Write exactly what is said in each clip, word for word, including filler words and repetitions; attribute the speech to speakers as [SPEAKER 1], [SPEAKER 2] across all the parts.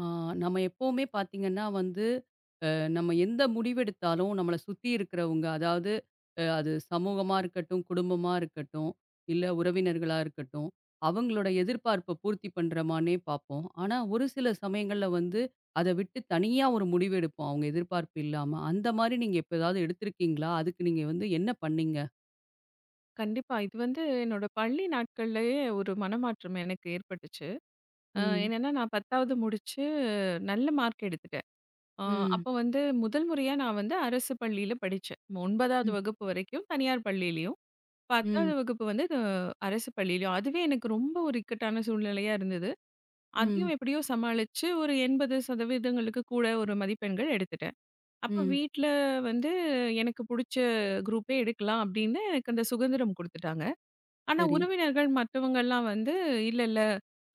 [SPEAKER 1] ஆ, நம்ம எப்பவுமே பார்த்தீங்கன்னா வந்து, அ நம்ம எந்த முடிவெடுத்தாலும் நம்மள சுத்தி இருக்கிறவங்க, அதாவது அ அது சமூகமா இருக்கட்டும், குடும்பமா இருக்கட்டும், இல்ல உறவினர்களா இருக்கட்டும், அவங்களோட எதிர்பார்ப்ப பூர்த்தி பண்றமான்னே பார்ப்போம். ஆனா, ஒரு சில சமயங்கள்ல வந்து அத விட்டு தனியா ஒரு முடிவு எடுப்போம், அவங்க எதிர்பார்ப்பு இல்லாம. அந்த மாரி நீங்க எப்ப ஏதாவது எடுத்திருக்கீங்களா? அதுக்கு நீங்க வந்து என்ன பண்ணீங்க?
[SPEAKER 2] கண்டிப்பா. இது வந்து என்னோட பள்ளி நாட்கள்லயே ஒரு மனமாற்றம் எனக்கு ஏற்பட்டுச்சு. அ
[SPEAKER 1] ம்.
[SPEAKER 2] என்னன்னா, நான் பத்தாவது முடிச்சு நல்ல மார்க் எடுத்துட்டேன். அ
[SPEAKER 1] ம்.
[SPEAKER 2] அப்போ வந்து முதல் முறையா நான் வந்து அரசு பள்ளியில படிச்சேன். ஒன்பதாவது
[SPEAKER 1] ம்.
[SPEAKER 2] வகுப்பு வரைக்கும் தனியார் பள்ளியிலயும்,
[SPEAKER 1] ம்.
[SPEAKER 2] பத்தாவது வகுப்பு வந்து இது அரசு பள்ளியிலயும். அதுவே எனக்கு ரொம்ப ஒரு இக்கட்டான சூழ்நிலையா இருந்தது. அதையும்
[SPEAKER 1] ம்.
[SPEAKER 2] எப்படியோ சமாளிச்சு ஒரு எண்பது சதவீதம் கூட ஒரு மதிப்பெண்கள் எடுத்துட்டேன். அப்போ
[SPEAKER 1] ம்.
[SPEAKER 2] வீட்ல வந்து எனக்கு புடிச்ச குரூப்பே எடுக்கலாம் அப்படின்னு எனக்கு அந்த சுதந்திரம் குடுத்துட்டாங்க. ஆனா
[SPEAKER 1] சரி.
[SPEAKER 2] உறவினர்கள் மத்தவங்கலாம் வந்து, இல்ல, இல்ல,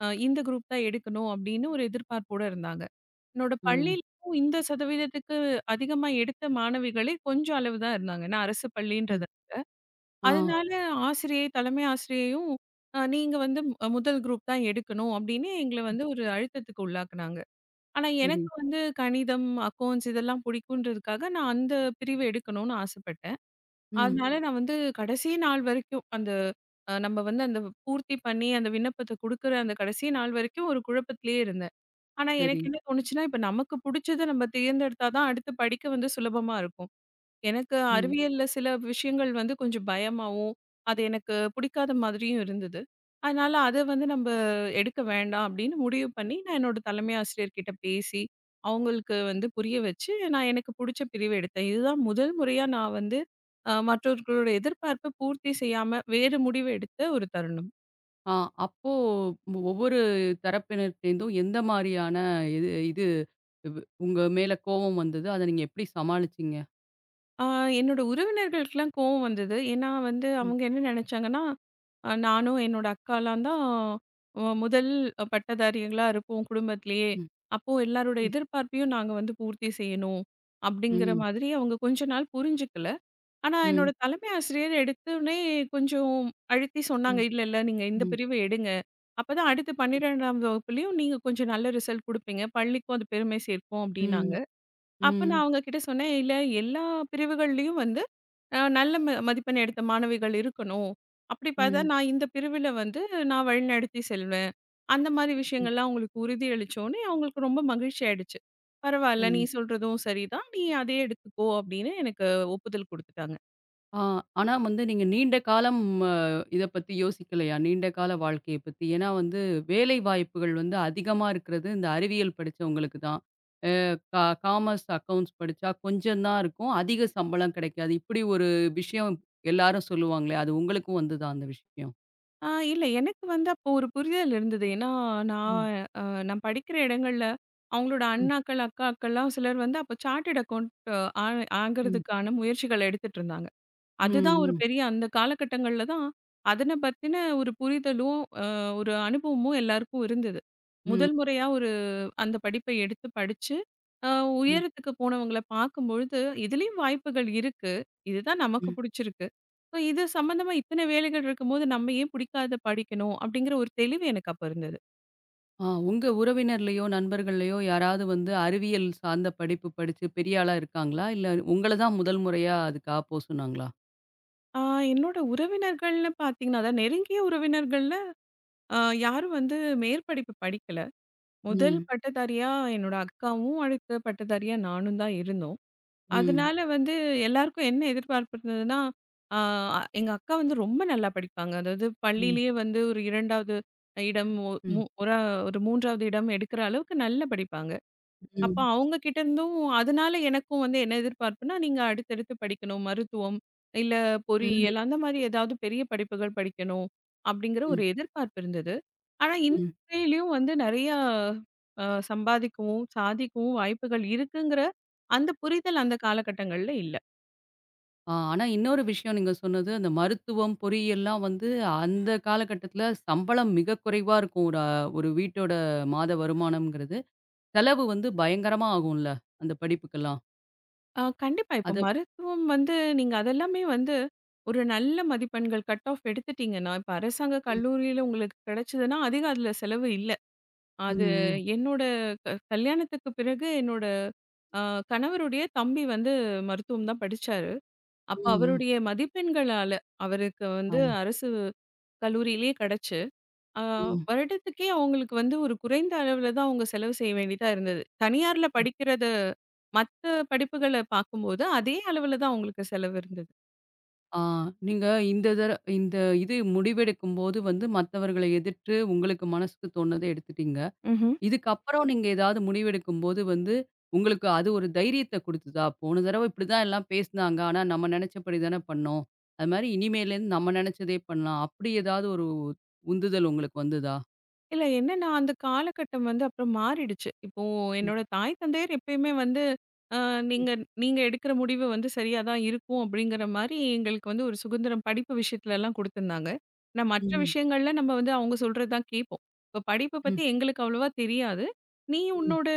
[SPEAKER 2] அ இந்த குரூப் தான் எடுக்கணும் அப்படின்னு ஒரு எதிர்பார்ப்போட இருந்தாங்க. என்னோட
[SPEAKER 1] ஓ!
[SPEAKER 2] பள்ளியிலும் இந்த சதவீதத்துக்கு அதிகமா எடுத்த மாணவிகளே கொஞ்சம் அளவு தான் இருந்தாங்க. ஏன்னா அரசு
[SPEAKER 1] ம்.
[SPEAKER 2] பள்ளின்றது.
[SPEAKER 1] ஆ.
[SPEAKER 2] அதனால ஆசிரியை, தலைமை ஆசிரியையும் அ நீங்க வந்து அ முதல் குரூப் தான் எடுக்கணும் அப்படின்னு எங்கள வந்து ஒரு அழுத்தத்துக்கு உள்ளாக்குனாங்க. ஆனா
[SPEAKER 1] சரி.
[SPEAKER 2] எனக்கு வந்து கணிதம், அக்கவுண்ட்ஸ் இதெல்லாம் பிடிக்குன்றதுக்காக நான் அந்த பிரிவு எடுக்கணும்னு ஆசைப்பட்டேன்.
[SPEAKER 1] ம்.
[SPEAKER 2] அதனால நான் வந்து கடைசி நாள் வரைக்கும் அந்த அ நம்ம வந்து அந்த பூர்த்தி பண்ணி அந்த விண்ணப்பத்த குடுக்குற அந்த கடைசி நாள் வரைக்கும் ஒரு குழப்பத்திலேயே இருந்தேன். ஆனா
[SPEAKER 1] சரி.
[SPEAKER 2] எனக்கு என்ன தோணுச்சுன்னா, இப்ப நமக்கு புடிச்சத நம்ம தேர்ந்தெடுத்தா தான் அடுத்து படிக்க வந்து சுலபமா இருக்கும். எனக்கு
[SPEAKER 1] ம்.
[SPEAKER 2] அறிவியல்ல சில விஷயங்கள் வந்து கொஞ்சம் பயமாவும், அது எனக்கு பிடிக்காத மாதிரியும் இருந்தது. அதனால அத வந்து நம்ப எடுக்க வேண்டாம் அப்படின்னு முடிவு பண்ணி, நான் என்னோட தலைமை ஆசிரியர்கிட்ட பேசி, அவங்களுக்கு வந்து புரிய வச்சு, நான் எனக்கு புடிச்ச பிரிவு எடுத்தேன். இதுதான் முதல் முறையா நான் வந்து அ மற்றவர்களோட எதிர்பார்ப்ப பூர்த்தி செய்யாம வேறு முடிவு எடுத்த ஒரு தருணம்.
[SPEAKER 1] ஆ அப்போ மு- ஒவ்வொரு தரப்பினர்ட்டேருந்தும் எந்த மாரியான இது இது வ் உங்க மேல கோவம் வந்தது? அத நீங்க எப்படி சமாளிச்சீங்க?
[SPEAKER 2] ஆ என்னோட உறவினர்களுக்கெல்லாம் கோவம் வந்தது. ஏன்னா வந்து
[SPEAKER 1] ம்,
[SPEAKER 2] அவங்க என்ன நெனச்சாங்கன்னா, அ நானும் என்னோட அக்காலாம் தான் அ முதல் பட்டதாரிகளா இருப்போம் குடும்பத்திலேயே.
[SPEAKER 1] ம்,
[SPEAKER 2] அப்போ எல்லாரோட
[SPEAKER 1] ம்,
[SPEAKER 2] எதிர்பார்ப்பையும் நாங்க வந்து பூர்த்தி செய்யணும். அப்படிங்கிற
[SPEAKER 1] ம்,
[SPEAKER 2] மாதிரி அவங்க கொஞ்ச நாள் புரிஞ்சுக்கல. ஆனா என்னோட
[SPEAKER 1] ம்,
[SPEAKER 2] தலைமை ஆசிரியர் எடுத்தோனே கொஞ்சம் அழுத்தி
[SPEAKER 1] ம்,
[SPEAKER 2] சொன்னாங்க.
[SPEAKER 1] ம்,
[SPEAKER 2] இல்ல, இல்ல, நீங்க இந்த
[SPEAKER 1] ம்,
[SPEAKER 2] பிரிவு எடுங்க. அப்பதான் அடுத்த பன்னிரண்டாம் வகுப்புலயும் நீங்க கொஞ்சம் நல்ல ரிசல்ட் குடுப்பீங்க. பள்ளிக்கும் அது பெருமை சேர்க்கும் அப்படின்னாங்க.
[SPEAKER 1] ம்,
[SPEAKER 2] அப்ப நான்
[SPEAKER 1] ம்,
[SPEAKER 2] அவங்க கிட்ட சொன்னேன். இல்ல எல்லா பிரிவுகள்லயும் வந்து அ நல்ல ம மதிப்பெண் எடுத்த மாணவிகள் இருக்கணும். அப்படி பார்த்தா, நான் இந்த பிரிவில வந்து நான் வழிநடத்தி செல்வேன். அந்த மாரி
[SPEAKER 1] ம்,
[SPEAKER 2] விஷயங்கள்லாம் அவங்களுக்கு உறுதி அளிச்சோனே, அவங்களுக்கு ரொம்ப மகிழ்ச்சி ஆயிடுச்சு. பரவால்ல, நீ
[SPEAKER 1] ம்.
[SPEAKER 2] சொல்றதும் சரிதான். நீ அதே எடுத்துக்கோ அப்படின்னு எனக்கு ஒப்புதல் குடுத்துட்டாங்க.
[SPEAKER 1] ஆ ஆனா வந்து நீங்க நீண்ட காலம் அ இத பத்தி யோசிக்கலையா? நீண்ட கால வாழ்க்கைய பத்தி? ஏன்னா வந்து வேலை வாய்ப்புகள் வந்து அதிகமா இருக்கிறது இந்த அறிவியல் படிச்சவங்களுக்கு தான். கா காமர்ஸ் அக்கவுண்ட்ஸ் படிச்சா கொஞ்சம் தான் இருக்கும். அதிக சம்பளம் கிடைக்காது. இப்படி ஒரு விஷயம் எல்லாரும் சொல்லுவாங்களே, அது உங்களுக்கும் வந்துதா அந்த விஷயம்?
[SPEAKER 2] ஆ இல்ல எனக்கு வந்து அப்போ ஒரு புரிதல் இருந்தது. ஏன்னா நான்
[SPEAKER 1] ம்.
[SPEAKER 2] அ நான் படிக்கிற இடங்கள்ல அவங்களோட
[SPEAKER 1] ம்.
[SPEAKER 2] அண்ணாக்கள், அக்காக்கள்லாம் சிலர் வந்து அப்போ சார்ட்டர்ட் அக்கவுண்ட் ஆ
[SPEAKER 1] ம்.
[SPEAKER 2] ஆகறதுக்கான முயற்சிகள் எடுத்துட்டு இருந்தாங்க. அதுதான் ஒரு
[SPEAKER 1] ம்.
[SPEAKER 2] பெரிய அந்த காலகட்டங்கள்ல தான் அதன பத்தின ஒரு புரிதலும், அ ஒரு அனுபவமும் எல்லாருக்கும் இருந்தது.
[SPEAKER 1] ம்.
[SPEAKER 2] முதல் முறையா ஒரு அந்த படிப்பை எடுத்து படிச்சு, அ
[SPEAKER 1] ம்.
[SPEAKER 2] உயரத்துக்கு போனவங்கள பார்க்கும்பொழுது, இதுலயும் வாய்ப்புகள் இருக்கு. இதுதான் நமக்கு
[SPEAKER 1] ம்.
[SPEAKER 2] புடிச்சிருக்கு. ஸோ இது சம்மந்தமா இத்தன வேலைகள் இருக்கும்போது, நம்ம ஏன் பிடிக்காத படிக்கணும்? அப்படிங்கிற ஒரு தெளிவு எனக்கு அப்ப இருந்தது.
[SPEAKER 1] ஆ உங்க உறவினர்லயோ, நண்பர்கள்லயோ யாராவது வந்து அறிவியல் சார்ந்த படிப்பு படிச்சு பெரிய ஆளா இருக்காங்களா? இல்ல உங்கள தான் முதல் முறையா அதுக்கு ஆ போ சொன்னாங்களா?
[SPEAKER 2] ஆ என்னோட உறவினர்கள்னு பார்த்தீங்கன்னா, அதான் நெருங்கிய உறவினர்கள்ல அ யாரும் வந்து மேற்படிப்பு படிக்கல. முதல்
[SPEAKER 1] ம்.
[SPEAKER 2] பட்டதாரியா என்னோட அக்காவும், அடுத்த பட்டதாரியா நானும் தான் இருந்தோம்.
[SPEAKER 1] ம்.
[SPEAKER 2] அதனால வந்து எல்லாருக்கும் என்ன எதிர்பார்ப்பு இருந்ததுன்னா, ஆ எங்க அக்கா வந்து ரொம்ப நல்லா படிப்பாங்க. அதாவது
[SPEAKER 1] ம்.
[SPEAKER 2] பள்ளியிலேயே வந்து ஒரு இரண்டாவது இடம், ஒ மு
[SPEAKER 1] ம்.
[SPEAKER 2] ஒரு ஒரு மூன்றாவது இடம் எடுக்கிற அளவுக்கு நல்லா படிப்பாங்க. அப்ப
[SPEAKER 1] ம்.
[SPEAKER 2] அவங்க கிட்ட இருந்தும் அதனால எனக்கும் வந்து என்ன எதிர்பார்ப்புன்னா, நீங்க அடுத்தடுத்து படிக்கணும். மருத்துவம், இல்ல
[SPEAKER 1] ம்.
[SPEAKER 2] பொறியியல் அந்த மாரி ஏதாவது பெரிய படிப்புகள் படிக்கணும். அப்படிங்கிற ஒரு
[SPEAKER 1] ம்.
[SPEAKER 2] எதிர்பார்ப்பு இருந்தது. ஆனா இந்த
[SPEAKER 1] ம்.
[SPEAKER 2] துறையிலயும் வந்து நெறையா அ சம்பாதிக்கவும், சாதிக்கவும் வாய்ப்புகள் இருக்குங்கிற அந்த புரிதல் அந்த காலகட்டங்கள்ல இல்ல.
[SPEAKER 1] ஆ, ஆனா இன்னொரு விஷயம் நீங்க சொன்னது, அந்த மருத்துவம், பொறியியல்லாம் வந்து அந்த காலகட்டத்தில சம்பளம் மிக குறைவா இருக்கும். ஒரு அ ஒரு வீட்டோட மாத வருமானம்ங்கிறது. செலவு வந்து பயங்கரமா ஆகும்ல, அந்த படிப்புக்கெல்லாம்.
[SPEAKER 2] அ கண்டிப்பா இப்ப
[SPEAKER 1] அத
[SPEAKER 2] மருத்துவம் வந்து நீங்க அதெல்லாமே வந்து ஒரு நல்ல மதிப்பெண்கள் கட் ஆஃப் எடுத்துட்டீங்கன்னா, இப்ப அரசாங்க
[SPEAKER 1] ம்,
[SPEAKER 2] கல்லூரியில உங்களுக்கு கிடைச்சதுன்னா அதிக அதுல செலவு இல்ல. அது
[SPEAKER 1] ம்,
[SPEAKER 2] என்னோட க கல்யாணத்துக்கு பிறகு என்னோட அ கணவருடைய தம்பி வந்து மருத்துவம் தான் படிச்சாரு. அப்ப
[SPEAKER 1] ம்,
[SPEAKER 2] அவருடைய மதிப்பெண்களால அவருக்கு
[SPEAKER 1] ஆ,
[SPEAKER 2] வந்து அரசு கல்லூரியிலேயே கிடைச்சு, அ
[SPEAKER 1] ம்,
[SPEAKER 2] வருடத்துக்கே அவங்களுக்கு வந்து ஒரு குறைந்த அளவுல தான் அவங்க செலவு செய்ய வேண்டியதா இருந்தது. தனியார்ல
[SPEAKER 1] ம்.
[SPEAKER 2] படிக்கிறத மத்த படிப்புகள பார்க்கும்போது அதே அளவுல தான் அவங்களுக்கு செலவு இருந்தது.
[SPEAKER 1] ஆ நீங்க இந்த தர இந்த இது முடிவெடுக்கும்போது வந்து மத்தவர்கள எதிர்த்து உங்களுக்கு மனசுக்கு தோணத எடுத்துட்டீங்க.
[SPEAKER 2] ம்ஹ்ம்.
[SPEAKER 1] இதுக்கப்புறம் நீங்க ஏதாவது முடிவெடுக்கும்போது வந்து, உங்களுக்கு அது ஒரு தைரியத்த குடுத்ததா? போன தடவ இப்படிதான் எல்லாம் பேசினாங்க. ஆனா நம்ம நெனச்சபடி தான பண்ணோம். அது மாரி இனிமேலேருந்து நம்ம நெனச்சதே பண்ணலாம். அப்படி ஏதாவது ஒரு உந்துதல் உங்களுக்கு வந்ததா?
[SPEAKER 2] இல்ல என்னன்னா, அந்த காலகட்டம் வந்து அப்புறம் மாறிடுச்சு. இப்போ
[SPEAKER 1] ம்,
[SPEAKER 2] என்னோட தாய் தந்தையர் எப்பயுமே வந்து, "அ
[SPEAKER 1] ம்,
[SPEAKER 2] நீங்க நீங்க எடுக்கிற முடிவு வந்து சரியா தான் இருக்கும்." அப்படிங்கிற மாரி எங்களுக்கு வந்து ஒரு சுதந்திரம் படிப்பு விஷயத்துலலாம் குடுத்துருந்தாங்க. ஆனா மற்ற
[SPEAKER 1] ம்,
[SPEAKER 2] விஷயங்கள்ல நம்ம வந்து அவங்க சொல்றது தான் கேட்போம். இப்ப படிப்ப பத்தி
[SPEAKER 1] ம்,
[SPEAKER 2] எங்களுக்கு அவ்வளவா தெரியாது. "நீ
[SPEAKER 1] ம், ம்,
[SPEAKER 2] உன்னோட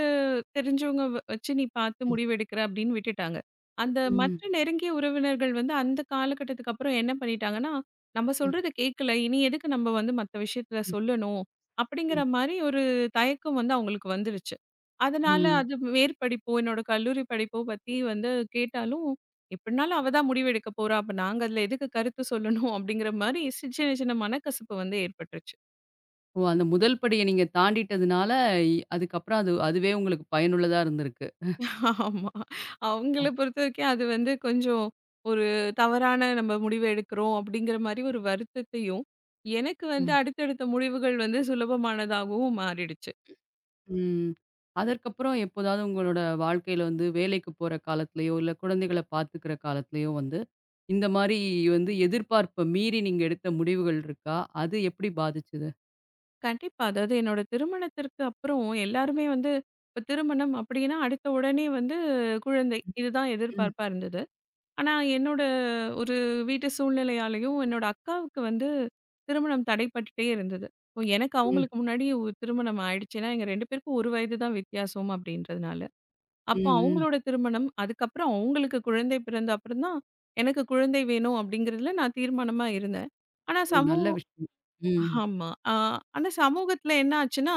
[SPEAKER 2] தெரிஞ்சவங்க வ வச்சு நீ பார்த்து
[SPEAKER 1] ம்,
[SPEAKER 2] முடிவு எடுக்கிற." அப்படின்னு விட்டுட்டாங்க. அந்த மற்ற
[SPEAKER 1] ம்,
[SPEAKER 2] நெருங்கிய உறவினர்கள் வந்து அந்த காலகட்டத்துக்கு அப்புறம் என்ன பண்ணிட்டாங்கன்னா, "நம்ம சொல்றத கேட்கல. இனி எதுக்கு நம்ம வந்து மத்த விஷயத்துல
[SPEAKER 1] ம்,
[SPEAKER 2] சொல்லணும்?" அப்படிங்கிற
[SPEAKER 1] ம்,
[SPEAKER 2] மாரி ஒரு தயக்கம் வந்து அவங்களுக்கு வந்துருச்சு. அதனால
[SPEAKER 1] ம்.
[SPEAKER 2] அது மேற்படிப்போ, என்னோட கல்லூரி படிப்போ பத்தி வந்து கேட்டாலும், எப்படினாலும் அவ தான் முடிவெடுக்க போறா. அப்ப நாங்க அதில எதுக்கு கருத்து சொல்லணும்? அப்படிங்கிற மாரி சி சின்ன சின்ன மனக்கசப்பு வந்து ஏற்பட்டுருச்சு.
[SPEAKER 1] ஓ! அந்த முதல் படிய நீங்க தாண்டிட்டதுனால, இ அதுக்கப்புறம் அது அதுவே உங்களுக்கு பயனுள்ளதா இருந்திருக்கு.
[SPEAKER 2] ஆமா. அவங்கள பொறுத்தவரைக்கும் அது வந்து கொஞ்சம் ஒரு தவறான நம்ம முடிவு எடுக்கிறோம் அப்படிங்கிற மாரி ஒரு வருத்தத்தையும், எனக்கு வந்து அடுத்தடுத்த முடிவுகள் வந்து சுலபமானதாகவும் மாறிடுச்சு.
[SPEAKER 1] ம். அதற்கப்புறம் எப்போதாவது உங்களோட வாழ்க்கையில வந்து வேலைக்கு போற காலத்திலயோ, இல்ல குழந்தைகள பார்த்துக்கிற காலத்திலயோ வந்து, இந்த மாரி வந்து எதிர்பார்ப்ப மீறி நீங்க எடுத்த முடிவுகள் இருக்கா? அது எப்படி பாதிச்சது?
[SPEAKER 2] கண்டிப்பா. அதாவது என்னோட திருமணத்திற்கு அப்புறம் எல்லாருமே வந்து இப்ப திருமணம் அப்படின்னா, அடுத்த உடனே வந்து குழந்தை. இதுதான்
[SPEAKER 1] ம்,
[SPEAKER 2] எதிர்பார்ப்பா இருந்தது. ஆனா என்னோட ஒரு வீட்டு சூழ்நிலையாலயும், என்னோட அக்காவுக்கு வந்து திருமணம் தடைப்பட்டுட்டே இருந்தது. இப்போ எனக்கு
[SPEAKER 1] ம்,
[SPEAKER 2] அவங்களுக்கு முன்னாடி ஒரு திருமணம் ஆயிடுச்சு. ஏன்னா எங்க ரெண்டு பேருக்கும் ஒரு வயது தான் வித்தியாசம் அப்படின்றதுனால. அப்போ
[SPEAKER 1] ம், ம்.
[SPEAKER 2] அவங்களோட திருமணம், அதுக்கப்புறம் அவங்களுக்கு குழந்தை பிறந்த அப்புறம் தான், எனக்கு குழந்தை வேணும் அப்படிங்கிறதுல நான் தீர்மானமா இருந்தேன். ஆனா
[SPEAKER 1] ஓ!
[SPEAKER 2] சமூக
[SPEAKER 1] நல்ல விஷயம். ம்,
[SPEAKER 2] ஆமா. ஆ ஆனா சமூகத்துல என்ன ஆச்சுன்னா,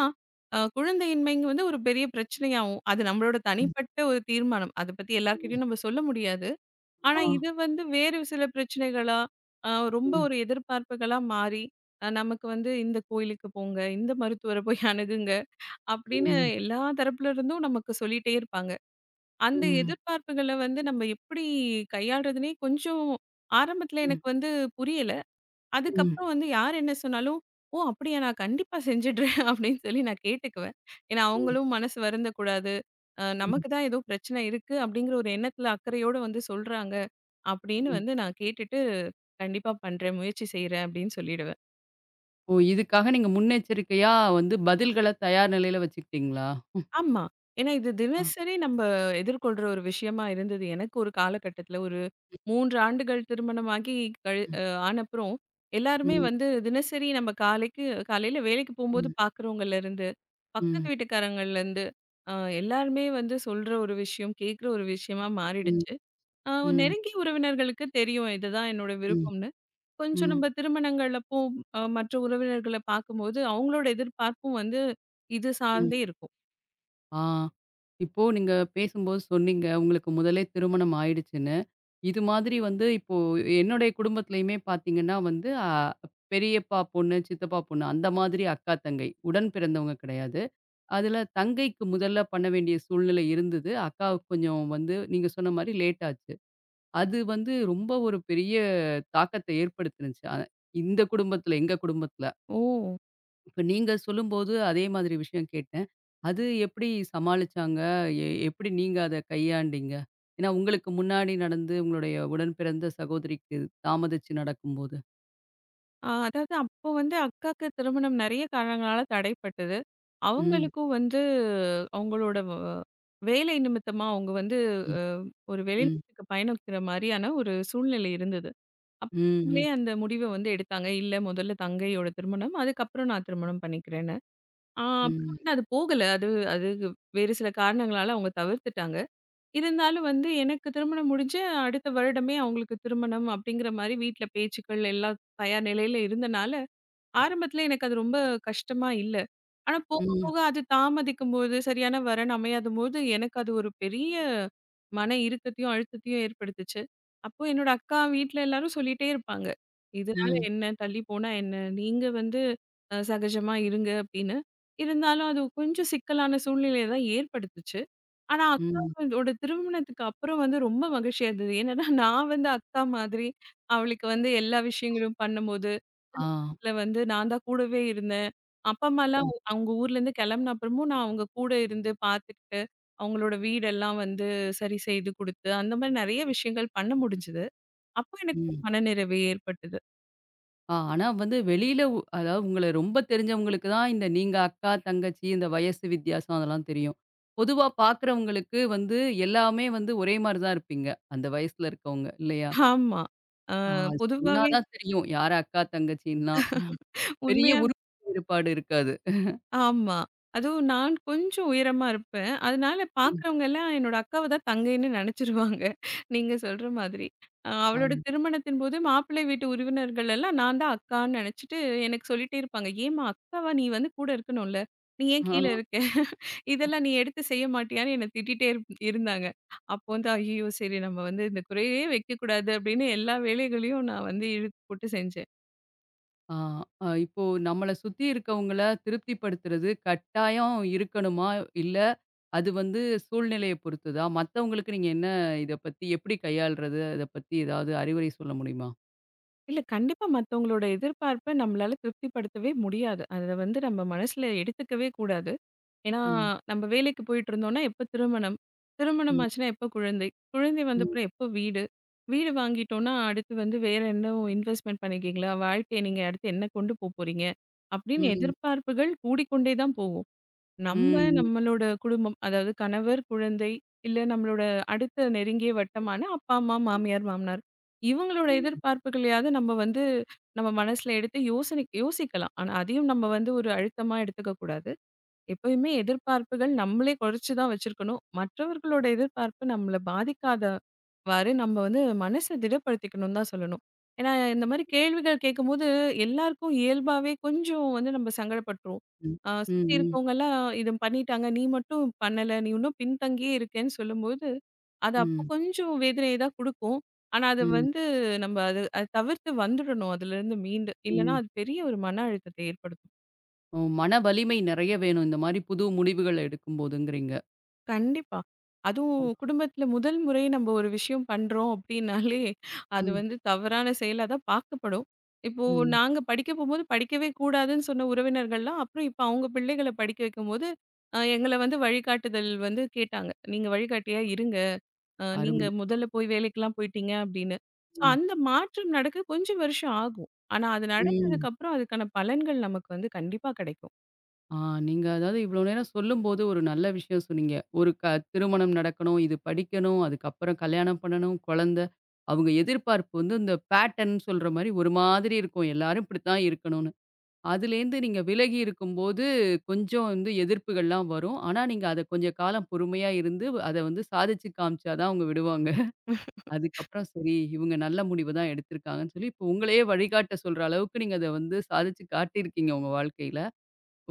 [SPEAKER 2] அ குழந்தையின்மைங்க வந்து ஒரு பெரிய பிரச்சனையாவும், அது நம்மளோட
[SPEAKER 1] ம்.
[SPEAKER 2] தனிப்பட்ட ஒரு தீர்மானம். அத பத்தி எல்லார்கிட்டயும் நம்ம சொல்ல முடியாது. ஆனா
[SPEAKER 1] ஆ.
[SPEAKER 2] இது வந்து வேறு சில பிரச்சனைகளா, அ ரொம்ப
[SPEAKER 1] ம்,
[SPEAKER 2] ஒரு எதிர்பார்ப்புகளா மாறி, அ நமக்கு வந்து இந்த கோயிலுக்கு போங்க, இந்த மருத்துவர போய் அணுகுங்க அப்படின்னு
[SPEAKER 1] ம்,
[SPEAKER 2] எல்லா தரப்புல இருந்தும் நமக்கு சொல்லிட்டே இருப்பாங்க.
[SPEAKER 1] ம்,
[SPEAKER 2] அந்த
[SPEAKER 1] ம்,
[SPEAKER 2] எதிர்பார்ப்புகள வந்து நம்ம எப்படி கையாளுறதுன்னே கொஞ்சம் ஆரம்பத்துல
[SPEAKER 1] ம்,
[SPEAKER 2] எனக்கு வந்து புரியல.
[SPEAKER 1] ம்,
[SPEAKER 2] அதுக்கப்புறம் வந்து யார் என்ன சொன்னாலும், "ஓ! அப்படியா? நான் கண்டிப்பா செஞ்சுடுறேன்" அப்படின்னு சொல்லி நான் கேட்டுக்குவேன். ஏன்னா அவங்களும் மனசு வருந்தக்கூடாது. அ
[SPEAKER 1] ம்,
[SPEAKER 2] நமக்கு தான் ஏதோ பிரச்சனை இருக்கு அப்படிங்கிற ஒரு எண்ணத்துல அக்கறையோட வந்து சொல்றாங்க. அப்படின்னு
[SPEAKER 1] ம்.
[SPEAKER 2] வந்து நான் கேட்டுட்டு, "கண்டிப்பா பண்றேன், முயற்சி செய்றேன்" அப்படின்னு சொல்லிடுவேன்.
[SPEAKER 1] ஓ! இதுக்காக நீங்க முன்னெச்சரிக்கையா வந்து பதில்கள தயார் நிலையில வச்சுக்கிட்டீங்களா? ம்.
[SPEAKER 2] ஆமா. ஏன்னா இது
[SPEAKER 1] ஆ.
[SPEAKER 2] தினசரி நம்ம எதிர்கொள்ற ஒரு விஷயமா இருந்தது. எனக்கு ஒரு காலகட்டத்தில ஒரு மூன்று ஆண்டுகள் திருமணமாகி கழி
[SPEAKER 1] ம்,
[SPEAKER 2] அ ஆனப்புறம், எல்லாருமே
[SPEAKER 1] ம்,
[SPEAKER 2] வந்து தினசரி நம்ம காலைக்கு காலையில வேலைக்கு போம்போது
[SPEAKER 1] ம்,
[SPEAKER 2] பார்க்குறவங்கலேருந்து, பக்கத்து
[SPEAKER 1] ம்,
[SPEAKER 2] வீட்டுக்காரங்கள்லேருந்து, அ எல்லாருமே வந்து சொல்ற ஒரு விஷயம், கேட்குற ஒரு விஷயமா
[SPEAKER 1] ம்,
[SPEAKER 2] மாறிடுச்சு. அ
[SPEAKER 1] ம்,
[SPEAKER 2] நெருங்கிய உறவினர்களுக்கு தெரியும் இதுதான் என்னோட விருப்பம்னு. கொஞ்சம்
[SPEAKER 1] ம்,
[SPEAKER 2] நம்ம திருமணங்களப்போ அ மற்ற உறவினர்கள பார்க்கும்போது, அவங்களோட எதிர்பார்ப்பும் வந்து இது
[SPEAKER 1] ம்.
[SPEAKER 2] சார்ந்தே இருக்கும்.
[SPEAKER 1] ஆ. இப்போ நீங்க பேசும்போது சொன்னீங்க, உங்களுக்கு முதலே திருமணம் ஆயிடுச்சுன்னு. இது மாதிரி வந்து இப்போ என்னுடைய குடும்பத்திலயுமே பார்த்தீங்கன்னா வந்து, அ பெரியப்பா பொண்ணு, சித்தப்பா பொண்ணு அந்த மாதிரி அக்கா, தங்கை. உடன் பிறந்தவங்க கிடையாது. அதில தங்கைக்கு முதல்ல பண்ண வேண்டிய சூழ்நிலை இருந்தது. அக்காவுக்கு கொஞ்சம் வந்து நீங்க சொன்ன மாரி லேட் ஆச்சு. அது வந்து ரொம்ப ஒரு பெரிய தாக்கத்த ஏற்படுத்துனுச்சு. அ இந்த குடும்பத்தில, எங்க குடும்பத்தில.
[SPEAKER 2] ஓ!
[SPEAKER 1] இப்ப நீங்க சொல்லும்போது அதே மாதிரி விஷயம் கேட்டேன். அது எப்படி சமாளிச்சாங்க? எ எப்படி நீங்க அத கையாண்டீங்க? ஏன்னா உங்களுக்கு முன்னாடி நடந்து உங்களுடைய உடன்பிறந்த சகோதரிக்கு தாமதிச்சு நடக்கும்போது.
[SPEAKER 2] ஆ அதாவது அப்போ வந்து அக்காக்கு திருமணம் நெறைய காரணங்களால தடைப்பட்டது.
[SPEAKER 1] ம்,
[SPEAKER 2] அவங்களுக்கும் வந்து அவங்களோட வ வேலை நிமித்தமா அவங்க வந்து
[SPEAKER 1] ம்,
[SPEAKER 2] அ ஒரு
[SPEAKER 1] ம்,
[SPEAKER 2] வெளிநாட்டுக்கு பயணிக்கிற மாரியான ஒரு சூழ்நிலை இருந்தது. அப்போங்களே
[SPEAKER 1] ம்,
[SPEAKER 2] அந்த முடிவ வந்து எடுத்தாங்க. இல்ல, முதல்ல தங்கையோட திருமணம், அதுக்கப்புறம் நான் திருமணம் பண்ணிக்கிறேன்னு. ஆ அப்புறம்
[SPEAKER 1] ம்,
[SPEAKER 2] வந்து அது போகல. அது அது வேறு சில காரணங்களால அவங்க தவிர்த்துட்டாங்க. இருந்தாலும் வந்து எனக்கு திருமணம் முடிஞ்சு அடுத்த வருடமே அவங்களுக்கு திருமணம் அப்படிங்கிற மாரி வீட்ல பேச்சுக்கள் எல்லாம் தயார் நிலையில இருந்தனால, ஆரம்பத்துல எனக்கு அது ரொம்ப கஷ்டமா இல்ல. ஆனா போக,
[SPEAKER 1] ம்,
[SPEAKER 2] போக அது தாமதிக்கும்போது, சரியான வரன் அமையாதபோது, எனக்கு அது ஒரு பெரிய மன இறுக்கத்தையும், அழுத்தத்தையும் ஏற்படுத்துச்சு. அப்போ என்னோட அக்கா வீட்ல எல்லாரும் சொல்லிட்டே இருப்பாங்க. "இதனால
[SPEAKER 1] ம்,
[SPEAKER 2] என்ன? தள்ளி போனா என்ன? நீங்க வந்து அ சகஜமா இருங்க" அப்படின்னு. இருந்தாலும் அது கொஞ்சம் சிக்கலான சூழ்நிலைய தான் ஏற்படுத்துச்சு. ஆனா,
[SPEAKER 1] ம்,
[SPEAKER 2] அக்காவோட திருமணத்துக்கு அப்புறம் வந்து ரொம்ப மகிழ்ச்சியா இருந்தது. என்னன்னா, நான் வந்து அக்கா மாதிரி அவளுக்கு வந்து எல்லா விஷயங்களும் பண்ணும்போது,
[SPEAKER 1] ஆ,
[SPEAKER 2] திருமணத்துல வந்து நான் தான் கூடவே இருந்தேன். அப்பா, அம்மாலாம்
[SPEAKER 1] ம்,
[SPEAKER 2] அவங்க ஊர்லேருந்து கிளம்புன அப்புறமும் நான் அவங்க கூட இருந்து பார்த்துக்கிட்டு, அவங்களோட வீடெல்லாம் வந்து சரி செய்து குடுத்து, அந்த மாரி நெறைய விஷயங்கள் பண்ண முடிஞ்சது. அப்போ எனக்கு ஒரு
[SPEAKER 1] ம்.
[SPEAKER 2] மனநிறைவு ஏற்பட்டது.
[SPEAKER 1] ஆ ஆனா வந்து வெளியில உ அதாவது உங்கள ரொம்ப தெரிஞ்சவங்களுக்கு தான் இந்த நீங்க அக்கா, தங்கச்சி இந்த வயசு வித்தியாசம் அதெல்லாம் தெரியும். பொதுவா பார்க்குறவங்களுக்கு வந்து எல்லாமே வந்து ஒரே மாரி தான் இருப்பீங்க. அந்த வயசுல இருக்கவங்க இல்லையா?
[SPEAKER 2] ஆமா. அ
[SPEAKER 1] ஆ, அது சொன்னா
[SPEAKER 2] பொதுவாவே
[SPEAKER 1] தான் தெரியும். யார் அக்கா, தங்கச்சின்லாம். பெரிய
[SPEAKER 2] உண்மையா
[SPEAKER 1] உருப்படி வேறுபாடு இருக்காது.
[SPEAKER 2] ஆமா. அதுவும் நான் கொஞ்சம் உயரமா இருப்பேன். அதனால
[SPEAKER 1] ம்.
[SPEAKER 2] பார்க்குறவங்க எல்லாம் என்னோட அக்காவ தான் தங்கைன்னு நெனச்சுருவாங்க. நீங்க சொல்ற மாதிரி. அ
[SPEAKER 1] ஆ,
[SPEAKER 2] அவளோட திருமணத்தின் போது மாப்பிள்ளை வீட்டு உறவினர்கள் எல்லாம் நான் தான் அக்கான்னு நெனச்சுட்டு எனக்கு சொல்லிட்டே இருப்பாங்க. "ஏம்மா, அக்காவா நீ வந்து கூட இருக்கணும்ல. நீ ஏன்
[SPEAKER 1] ஆ,
[SPEAKER 2] கீழ இருக்க? இதெல்லாம் நீ எடுத்து செய்ய மாட்டியான்னு?" என்ன திட்டிட்டே இருப் இருந்தாங்க. அப்போ வந்து ஐயய்யோ! சரி நம்ம வந்து இந்த குறையே வைக்கக்கூடாது அப்படின்னு எல்லா வேலைகளையும் நான் வந்து இழுத்து போட்டு செஞ்சேன்.
[SPEAKER 1] ஆ, ஆ இப்போ நம்மள சுத்தி இருக்கவங்கள திருப்திப்படுத்துறது கட்டாயம் இருக்கணுமா? இல்ல, அது வந்து சூழ்நிலைய பொறுத்ததா? மத்தவங்களுக்கு நீங்க என்ன இத பத்தி எப்படி கையாள்றது? அத பத்தி ஏதாவது அறிவுரை சொல்ல முடியுமா?
[SPEAKER 2] இல்ல, கண்டிப்பா மத்தவங்களோட எதிர்பார்ப்ப நம்மளால திருப்திப்படுத்தவே முடியாது. அத வந்து நம்ம மனசுல எடுத்துக்கவே கூடாது. ஏன்னா,
[SPEAKER 1] ம்.
[SPEAKER 2] நம்ம வேலைக்கு போயிட்டு இருந்தோம்னா எப்ப திருமணம், திருமணம்
[SPEAKER 1] ம்.
[SPEAKER 2] ஆச்சுன்னா எப்ப குழந்தை, குழந்தை வந்த
[SPEAKER 1] ம்.
[SPEAKER 2] அப்புறம் எப்ப வீடு, வீடு வாங்கிட்டோம்னா அடுத்து வந்து வேற என்ன இன்வெஸ்ட்மென்ட் பண்ணியிருக்கீங்களா? வாழ்க்கைய நீங்க அடுத்து என்ன கொண்டு போப்போறீங்க? அப்படின்னு
[SPEAKER 1] ம்.
[SPEAKER 2] எதிர்பார்ப்புகள் கூடிக்கொண்டே தான் போகும். நம்ம
[SPEAKER 1] ம்.
[SPEAKER 2] நம்மளோட குடும்பம், அதாவது கணவர், குழந்தை, இல்ல நம்மளோட அடுத்த நெருங்கிய வட்டமான அப்பா, அம்மா, மாமியார், மாமனார். இவங்களோட எதிர்பார்ப்புகளையாவது நம்ம வந்து நம்ம மனசுல எடுத்து யோசனை யோசிக்கலாம். ஆனா அதையும் நம்ம வந்து ஒரு அழுத்தமா எடுத்துக்க கூடாது. எப்பயுமே எதிர்பார்ப்புகள் நம்மளே குறைச்சு தான் வச்சிருக்கணும். மற்றவர்களோட எதிர்பார்ப்பு நம்மள பாதிக்காதவாறு நம்ம வந்து மனச திடப்படுத்திக்கணும்னு தான் சொல்லணும். ஏன்னா, இந்த மாரி கேள்விகள் கேட்கும்போது எல்லாருக்கும் இயல்பாவே கொஞ்சம் வந்து நம்ம சங்கடப்பட்டுருவோம்.
[SPEAKER 1] ம்.
[SPEAKER 2] அ
[SPEAKER 1] ம்.
[SPEAKER 2] சுத்தி
[SPEAKER 1] ம்.
[SPEAKER 2] இருக்கவங்கலாம் இத பண்ணிட்டாங்க. நீ மட்டும் பண்ணல. நீ இன்னும் பின்தங்கியே இருக்கேன்னு சொல்லும்போது, அது அப்போ
[SPEAKER 1] ம்.
[SPEAKER 2] கொஞ்சம் வேதனைய தான் குடுக்கும். ஆனா, அது
[SPEAKER 1] ம்.
[SPEAKER 2] வந்து நம்ம அது அத தவிர்த்து வந்துடணும். அதுலருந்து மீண்டு. இல்லன்னா,
[SPEAKER 1] ம்.
[SPEAKER 2] அது பெரிய ஒரு மன அழுத்தத்தை ஏற்படுத்தும்.
[SPEAKER 1] ஓ! மன வலிமை நெறைய வேணும். இந்த மாரி புது முடிவுகள எடுக்கும்போதுங்கிறீங்க.
[SPEAKER 2] கண்டிப்பா. அதுவும் குடும்பத்தில முதல் முறை நம்ம ஒரு விஷயம் பண்றோம் அப்டின்னாலே, அது
[SPEAKER 1] ம்.
[SPEAKER 2] வந்து தவறான செயலா தான் பார்க்கப்படும். இப்போ
[SPEAKER 1] ம்.
[SPEAKER 2] நாங்க படிக்க போம்போது படிக்கவே கூடாதுன்னு சொன்ன உறவினர்கள்லாம், அப்புறம் இப்ப அவங்க பிள்ளைகள படிக்க வைக்கும்போது, அ எங்கள வந்து வழிகாட்டுதல் வந்து கேட்டாங்க. "நீங்க வழிகாட்டியா இருங்க. அ நீங்க
[SPEAKER 1] அருமை.
[SPEAKER 2] முதல்ல போய் வேலைக்கெல்லாம் போயிட்டீங்க" அப்டின்னு. ஸோ
[SPEAKER 1] ம்.
[SPEAKER 2] அந்த மாற்றம் நடக்க கொஞ்சம் வருஷம் ஆகும். ஆனா அது
[SPEAKER 1] ம்.
[SPEAKER 2] நடந்ததுக்கப்புறம் அதுக்கான பலன்கள் நமக்கு வந்து கண்டிப்பா கிடைக்கும்.
[SPEAKER 1] ஆ நீங்க அதாவது இவ்வளோ நேரம் சொல்லும்போது ஒரு நல்ல விஷயம் சொன்னீங்க. ஒரு க திருமணம் நடக்கணும், இது படிக்கணும், அதுக்கப்புறம் கல்யாணம் பண்ணணும், குழந்தை. அவங்க எதிர்பார்ப்பு வந்து இந்த பேட்டர்ன் சொல்ற மாரி ஒரு மாதிரி இருக்கும். எல்லாரும் இப்படித்தான் இருக்கணும்னு. அதுலேருந்து நீங்க விலகி இருக்கும்போது கொஞ்சம் வந்து எதிர்ப்புகள்லாம் வரும். ஆனா நீங்க அத கொஞ்சம் காலம் பொறுமையா இருந்து அத வந்து சாதிச்சு காமிச்சா தான் அவங்க விடுவாங்க. அதுக்கப்புறம் சரி இவங்க நல்ல முடிவு தான் எடுத்திருக்காங்கன்னு சொல்லி இப்போ உங்களையே வழிகாட்ட சொல்ற அளவுக்கு நீங்க அத வந்து சாதிச்சு காட்டியிருக்கீங்க உங்க வாழ்க்கையில.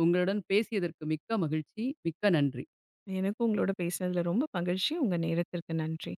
[SPEAKER 1] உங்களுடன் பேசியதற்கு மிக்க மகிழ்ச்சி. மிக்க நன்றி.
[SPEAKER 2] எனக்கும் உங்களோட பேசினதுல ரொம்ப மகிழ்ச்சி. உங்க நேரத்திற்கு நன்றி.